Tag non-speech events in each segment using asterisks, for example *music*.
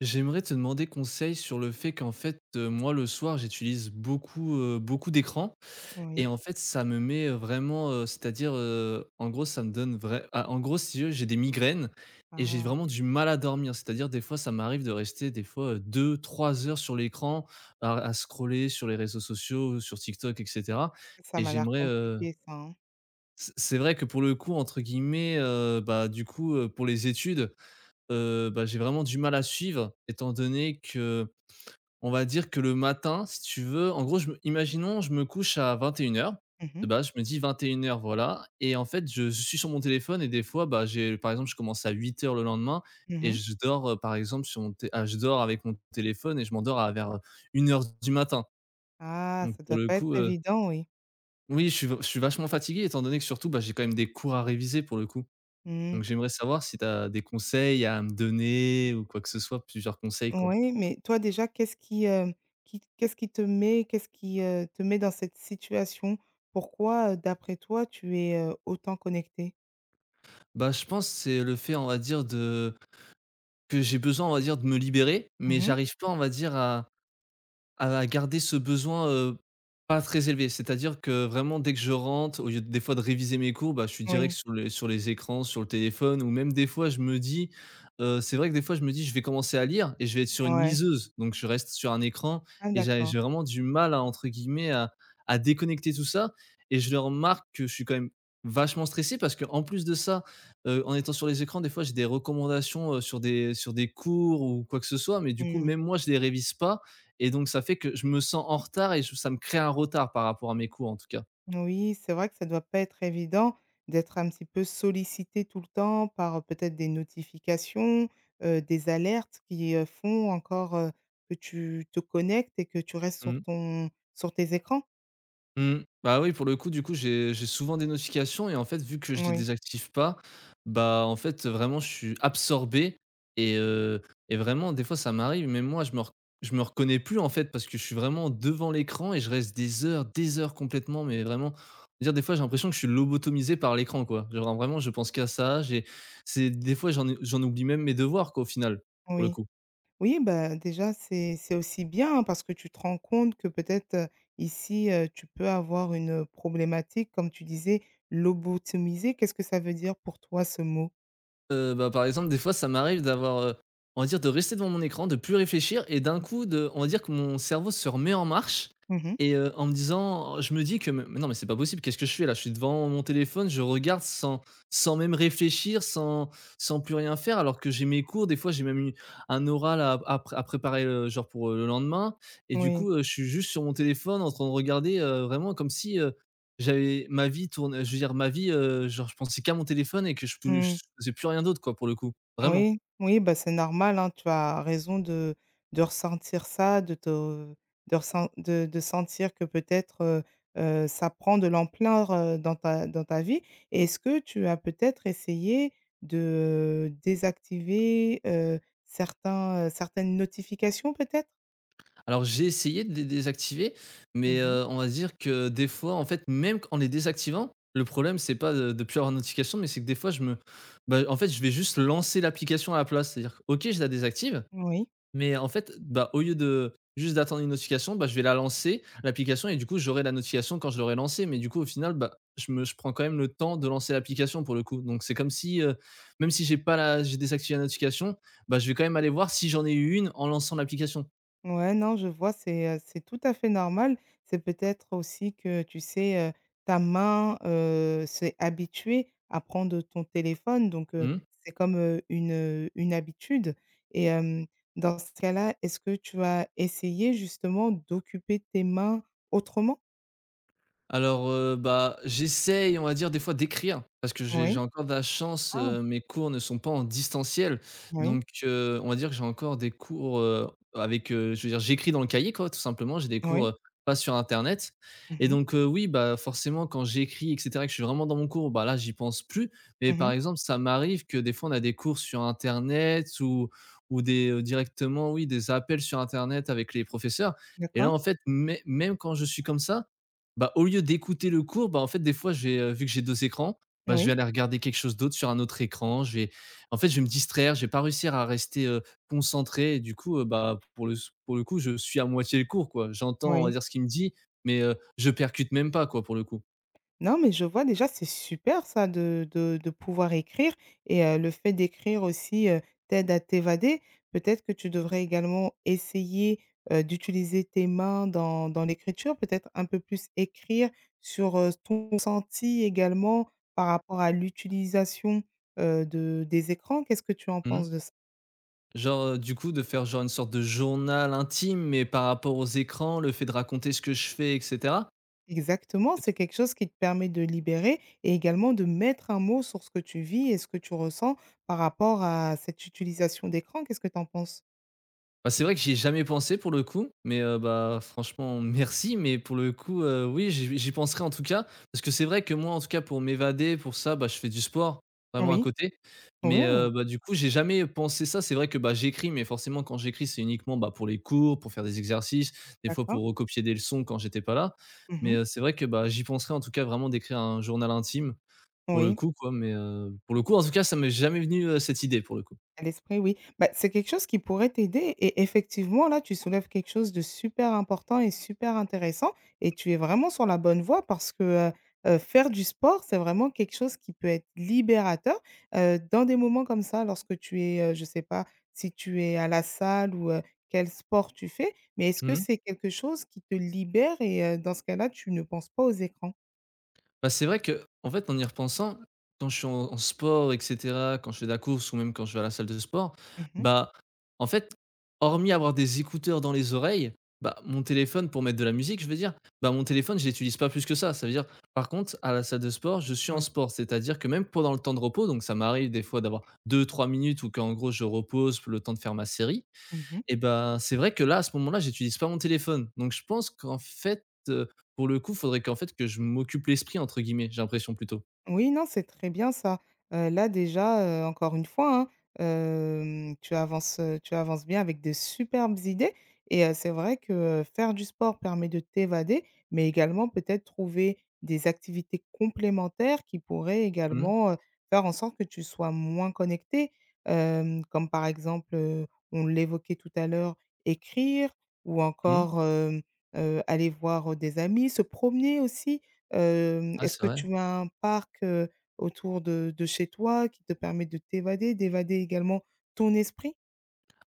J'aimerais te demander conseil sur le fait qu'en fait, moi le soir j'utilise beaucoup d'écrans et Oui. en fait ça me met, vraiment, c'est-à-dire, en gros ça me donne en gros, si tu veux, j'ai des migraines et j'ai Ah, vraiment du mal à dormir. C'est-à-dire des fois ça m'arrive de rester des fois, 2-3 heures sur l'écran à scroller sur les réseaux sociaux, sur TikTok et cetera ça et m'a l'air j'aimerais, compliqué ça, hein. C'est vrai que pour le coup, entre guillemets, bah, du coup, pour les études, bah, j'ai vraiment du mal à suivre étant donné que on va dire que le matin, si tu veux, en gros, je me imaginons, je me couche à 21 h. Mhm. De mh. base, je me dis 21 h, voilà. Et en fait, je suis sur mon téléphone et des fois, bah, j'ai par exemple, je commence à 8 h le lendemain et Mmh. je dors, par exemple, sur mon té ah, je dors avec mon téléphone et je m'endors à vers, 1 heure du matin. Ah, Donc ça pour doit le pas être coup, évident, oui. oui, je suis vachement fatigué étant donné que surtout, bah, j'ai quand même des cours à réviser pour le coup. Mmh. Donc j'aimerais savoir si tu as des conseils à me donner ou quoi que ce soit, plusieurs conseils, quoi? Oui, mais toi déjà, qu'est-ce qui, hem, qui qu'est-ce qui te met qu'est-ce qui, te met dans cette situation? Pourquoi, d'après toi, tu es, autant connecté? Bah, je pense que c'est le fait, on va dire, de Que j'ai besoin, on va dire, de me libérer, mais Mhm. j'arrive pas, on va dire, à à garder ce besoin, pas très élevé. C'est-à-dire que vraiment dès que je rentre, au lieu des fois de réviser mes cours, bah, je suis direct Oui. sur les écrans, sur le téléphone ou même des fois je me dis, c'est vrai que des fois je me dis: «Je vais commencer à lire» et je vais être sur une Ouais. miseuse, donc je reste sur un écran Ah, et j'ai d'accord. j'ai vraiment du mal à entre guillemets à «déconnecter» tout ça et je le remarque que je suis quand même vachement stressé parce que en plus de ça, en étant sur les écrans, des fois j'ai des recommandations, sur des cours ou quoi que ce soit, mais du coup Mmh. même moi je les révise pas et donc ça fait que je me sens en retard et je ça me crée un retard par rapport à mes cours, en tout cas. Oui, c'est vrai que ça doit pas être évident d'être un petit peu sollicité tout le temps par, peut-être des notifications, des alertes qui, font encore, que tu te connectes et que tu restes sur Mmh. ton sur tes écrans? Mmh. Bah, oui, pour le coup, du coup, j'ai souvent des notifications et en fait, vu que je les Oui, désactive pas, bah, en fait, vraiment, je suis absorbé et heu et vraiment, des fois, ça m'arrive. Mais moi, je me reconnais plus, en fait, parce que je suis vraiment devant l'écran et je reste des heures complètement, mais vraiment, dire des fois, j'ai l'impression que je suis lobotomisé par l'écran, quoi. Genre, vraiment, je pense qu'à ça, j'ai c'est des fois, j'en oublie même mes devoirs, quoi, au final, pour le oui. coup. Oui, bah, déjà c'est aussi bien, hein, parce que tu te rends compte que peut-être, ici, tu peux avoir une problématique comme tu disais, lobotomiser. Qu'est-ce que ça veut dire pour toi, ce mot? Bah, par exemple, des fois, ça m'arrive d'avoir, on va dire, de rester devant mon écran, de plus réfléchir et d'un coup de on va dire que mon cerveau se remet en marche Mmh. et en me disant je me dis que: «Mais non, mais c'est pas possible, qu'est-ce que je fais là? Je suis devant mon téléphone, je regarde sans même réfléchir, sans plus rien faire», alors que j'ai mes cours, des fois, j'ai même eu un oral à préparer, genre pour, le lendemain et du Oui. coup, je suis juste sur mon téléphone en train de regarder, vraiment comme si, j'avais ma vie tourne je veux dire ma vie, genre je pensais qu'à mon téléphone et que je pou Mmh. je faisais plus rien d'autre quoi pour le coup, vraiment. Oui, oui, bah, c'est normal, hein, tu as raison de ressentir ça, de te de ressen de sentir que peut-être, ça prend de l'ampleur, dans ta vie. Et est-ce que tu as peut-être essayé de désactiver, certaines notifications peut-être? Alors j'ai essayé de les désactiver, mais, Mmh. On va dire que des fois en fait même qu en les désactivant, le problème c'est pas de plus avoir de notification mais c'est que des fois je me bah, en fait je vais juste lancer l'application à la place. C'est-à-dire que OK je la désactive, Oui. mais en fait, bah, au lieu de juste d'attendre une notification, bah, je vais la lancer, l'application et du coup, j'aurai la notification quand je l'aurai lancée. Mais du coup, au final, bah, je prends quand même le temps de lancer l'application pour le coup. Donc c'est comme si, même si j'ai pas la j'ai désactivé la notification, bah, je vais quand même aller voir si j'en ai eu une en lançant l'application. Ouais, non, je vois, c'est tout à fait normal. C'est peut-être aussi que, tu sais, ta main, s'est habituée à prendre ton téléphone, donc Mmh. c'est comme, une habitude et dans ce cas-là, est-ce que tu as essayé justement d'occuper tes mains autrement? Alors, bah, j'essaye, on va dire, des fois, d'écrire parce que j'ai Oui. encore de la chance, Ah! Mes cours ne sont pas en distanciel Oui, donc on va dire que j'ai encore des cours, avec, je veux dire, j'écris dans le cahier, quoi, tout simplement. J'ai des cours, oui. Pas sur internet Mmh et mh. donc oui, bah, forcément, quand j'écris et cetera et que je suis vraiment dans mon cours, bah, là, j'y pense plus mais Mmh par mh. exemple, ça m'arrive que, des fois, on a des cours sur internet ou des, directement, oui, des appels sur internet avec les professeurs et là, D'accord. en fait, mé même quand je suis comme ça, bah, au lieu d'écouter le cours, bah, en fait, des fois, je vais, vu que j'ai 2 écrans, bah, je vais Oui. aller regarder quelque chose d'autre sur un autre écran. Je vais en fait, je vais me distraire, je vais pas réussir à rester, concentré et du coup, bah, pour le coup, je suis à moitié le cours, quoi. J'entends, on va Oui. dire, ce qu'il me dit, mais, je percute même pas, quoi, pour le coup. Non, mais je vois, déjà c'est super ça de pouvoir écrire, et le fait d'écrire aussi, t'aide à t'évader. Peut-être que tu devrais également essayer, d'utiliser tes mains dans l'écriture, peut-être un peu plus écrire sur, ton ressenti également par rapport à l'utilisation, de des écrans. Qu'est-ce que tu en Mmh. penses de ça? Genre, du coup, de faire genre une sorte de journal intime, mais par rapport aux écrans, le fait de raconter ce que je fais et cetera. Exactement, c'est quelque chose qui te permet de libérer et également de mettre un mot sur ce que tu vis et ce que tu ressens par rapport à cette utilisation d'écran. Qu'est-ce que tu en penses? Bah, c'est vrai que j'y ai jamais pensé pour le coup, mais bah, franchement *laughs* merci, mais pour le coup, oui j'y penserai en tout cas, parce que c'est vrai que moi en tout cas pour m'évader, pour ça, bah, je fais du sport, vraiment à Oui. côté, Oui, mais bah, du coup j'ai jamais pensé ça. C'est vrai que, bah, j'écris, mais forcément quand j'écris c'est uniquement, bah, pour les cours, pour faire des exercices, des fois d'accord. pour recopier des leçons quand j'étais pas là, mais Mmh. C'est vrai que, bah, j'y penserai en tout cas vraiment d'écrire un journal intime pour le Oui. coup quoi, mais pour le coup en tout cas ça m'est jamais venu, cette idée pour le coup. À l'esprit, oui. Bah, c'est quelque chose qui pourrait t'aider et effectivement, là, tu soulèves quelque chose de super important et super intéressant, et tu es vraiment sur la bonne voie parce que, heu faire du sport, c'est vraiment quelque chose qui peut être libérateur, dans des moments comme ça, lorsque tu es, je ne sais pas, si tu es à la salle ou quel sport tu fais, mais est-ce que Mmh. c'est quelque chose qui te libère et dans ce cas-là, tu ne penses pas aux écrans? Bah, c'est vrai que en fait, en y repensant, quand je suis en sport et cetera, quand je fais de la course ou même quand je vais à la salle de sport, Mmh. bah, en fait, hormis avoir des écouteurs dans les oreilles, bah, mon téléphone pour mettre de la musique, je veux dire, bah, mon téléphone, je l'utilise pas plus que ça. Ça veut dire par contre, à la salle de sport, je suis en Oui. sport, c'est-à-dire que même pendant le temps de repos, donc ça m'arrive des fois d'avoir deux trois minutes ou qu'en gros je repose pour le temps de faire ma série, Mmh. et ben c'est vrai que là, à ce moment-là, j'utilise pas mon téléphone. Donc je pense qu'en fait, pour le coup, faudrait qu'en fait que je m'occupe l'esprit entre guillemets, j'ai l'impression plutôt. Oui, non, c'est très bien ça. Là déjà, encore une fois, hein, tu avances bien avec de superbes idées, et c'est vrai que, faire du sport permet de t'évader, mais également peut-être trouver des activités complémentaires qui pourraient Mmh, également, faire en sorte que tu sois moins connecté. Hem, comme par exemple, on l'évoquait tout à l'heure, écrire ou mmh. encore, aller voir des amis, se promener aussi. Hem, Ah est-ce c'est que vrai. tu as un parc, autour de chez toi qui te permet de t'évader, d'évader également ton esprit?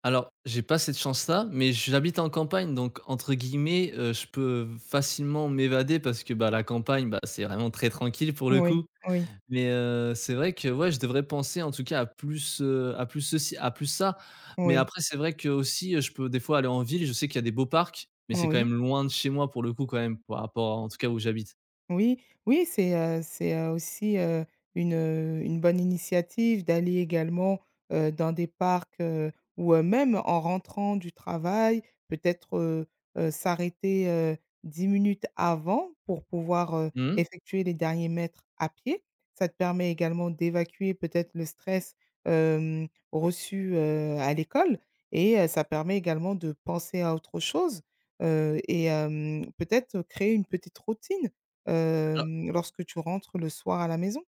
Alors, j'ai pas cette chance-là, mais j'habite en campagne donc entre guillemets, je peux facilement m'évader parce que, bah, la campagne, bah, c'est vraiment très tranquille pour le Oui, coup. oui, Mais, c'est vrai que ouais, je devrais penser en tout cas à plus ceci, à plus ça. Mais oui, après c'est vrai qu'aussi, je peux des fois aller en ville, je sais qu'il y a des beaux parcs, mais c'est quand oui. même loin de chez moi pour le coup quand même, en tout cas où j'habite. Oui, oui, c'est, aussi, une bonne initiative d'aller également, dans des parcs, ou, même en rentrant du travail, peut-être, s'arrêter, 10 minutes avant pour pouvoir, Mmh. effectuer les derniers mètres à pied. Ça te permet également d'évacuer peut-être le stress, reçu, à l'école, et ça permet également de penser à autre chose, peut-être créer une petite routine lorsque tu rentres le soir à la maison?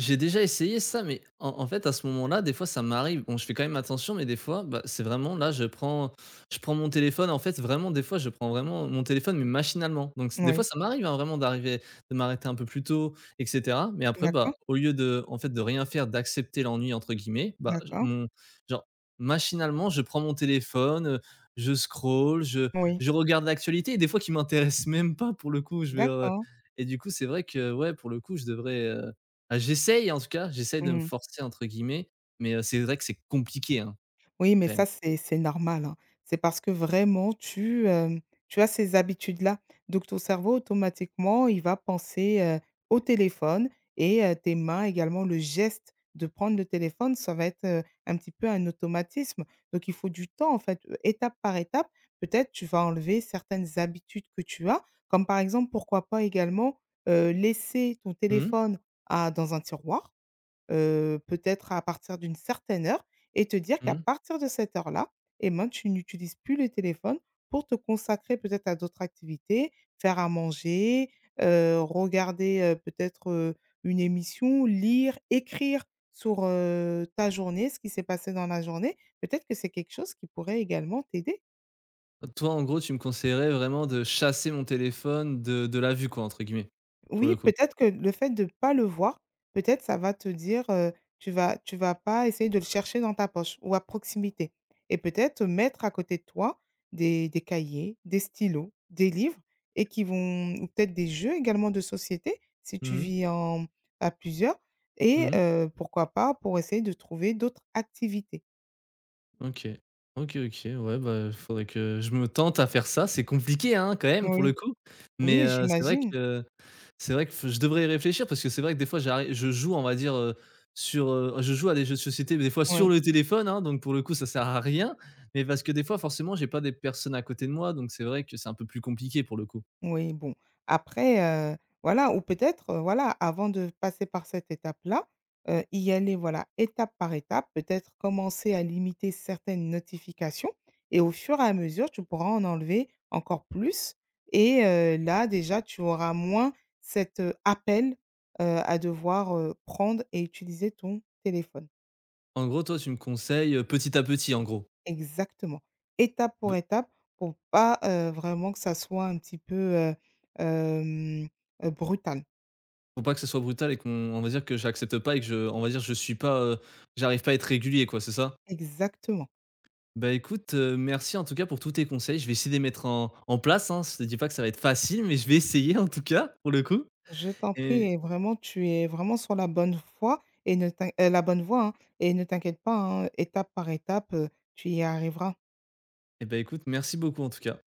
J'ai déjà essayé ça, mais en fait, à ce moment-là, des fois, ça m'arrive. Bon, je fais quand même attention, mais des fois, bah, c'est vraiment là, je prends mon téléphone. En fait, vraiment, des fois, je prends vraiment mon téléphone, mais machinalement. Donc, c des fois, Oui. ça m'arrive, hein, vraiment d'arriver de m'arrêter un peu plus tôt et cetera. Mais après, bah, D'accord, au lieu de, en fait, de rien faire, d'accepter «l'ennui» entre guillemets, bah, je d'accord. mon genre, machinalement, je prends mon téléphone, je scrolle, Oui, je regarde l'actualité et des fois qui m'intéresse même pas pour le coup, je vais, d'accord. et du coup, c'est vrai que, ouais, pour le coup, je devrais, ah, j'essaye en tout cas, j'essaye de me Mmh. «forcer» entre guillemets, mais c'est vrai que c'est compliqué, hein, Oui, mais quand même. ça, c'est normal, hein. C'est parce que vraiment tu, tu as ces habitudes-là. Donc ton cerveau automatiquement, il va penser, au téléphone, et tes mains également, le geste de prendre le téléphone, ça va être, un petit peu un automatisme. Donc il faut du temps en fait, étape par étape, peut-être tu vas enlever certaines habitudes que tu as, comme par exemple, pourquoi pas également, laisser ton Mmh téléphone à dans un tiroir, peut-être à partir d'une certaine heure, et te dire mh, qu'à mmh. partir de cette heure-là et ben, tu n'utilises plus le téléphone pour te consacrer peut-être à d'autres activités, faire à manger, regarder, peut-être, une émission, lire, écrire sur, ta journée, ce qui s'est passé dans la journée. Peut-être que c'est quelque chose qui pourrait également t'aider. Toi, en gros, tu me conseillerais vraiment de chasser mon téléphone de la vue quoi, entre guillemets, pour le Oui, coup? peut-être que le fait de pas le voir, peut-être ça va te dire, tu vas pas essayer de le chercher dans ta poche ou à proximité, et peut-être mettre à côté de toi des cahiers, des stylos, des livres et qui vont ou peut-être des jeux également de société, si tu Mmh mh, vis en à plusieurs, et mmh mh. Pourquoi pas pour essayer de trouver d'autres activités. OK. OK, OK, ouais, bah, faudrait que je me tente à faire ça. C'est compliqué, hein, quand même, pour le Oui, coup, mais oui, j'imagine. C'est vrai que f je devrais y réfléchir parce que c'est vrai que des fois j'arri je joue on va dire, sur, je joue à des jeux de société mais des fois sur Ouais. le téléphone, hein, donc pour le coup ça sert à rien, mais parce que des fois forcément j'ai pas des personnes à côté de moi donc c'est vrai que c'est un peu plus compliqué pour le coup. Oui, bon, après, heu, voilà, ou peut-être, voilà, avant de passer par cette étape-là, y aller, voilà, étape par étape, peut-être commencer à limiter certaines notifications, et au fur et à mesure, tu pourras en enlever encore plus, et là, déjà, tu auras moins cet, appel, à devoir, prendre et utiliser ton téléphone. En gros toi tu me conseilles, petit à petit en gros? Exactement. B Étape pour pas, vraiment que ça soit un petit peu, hem, brutal. Faut pas que ce soit brutal et qu'on on va dire que j'accepte pas et que je on va dire je suis pas, j'arrive pas à être régulier quoi, c'est ça? Exactement. Bah écoute, merci en tout cas pour tous tes conseils, je vais essayer de les mettre en place, hein. Je te dis pas que ça va être facile mais je vais essayer en tout cas pour le coup Je t'en prie et et vraiment, tu es vraiment sur la bonne voie et ne t'in la bonne voie, hein, et ne t'inquiète pas, hein, étape par étape, tu y arriveras. Eh ben, écoute, merci beaucoup en tout cas.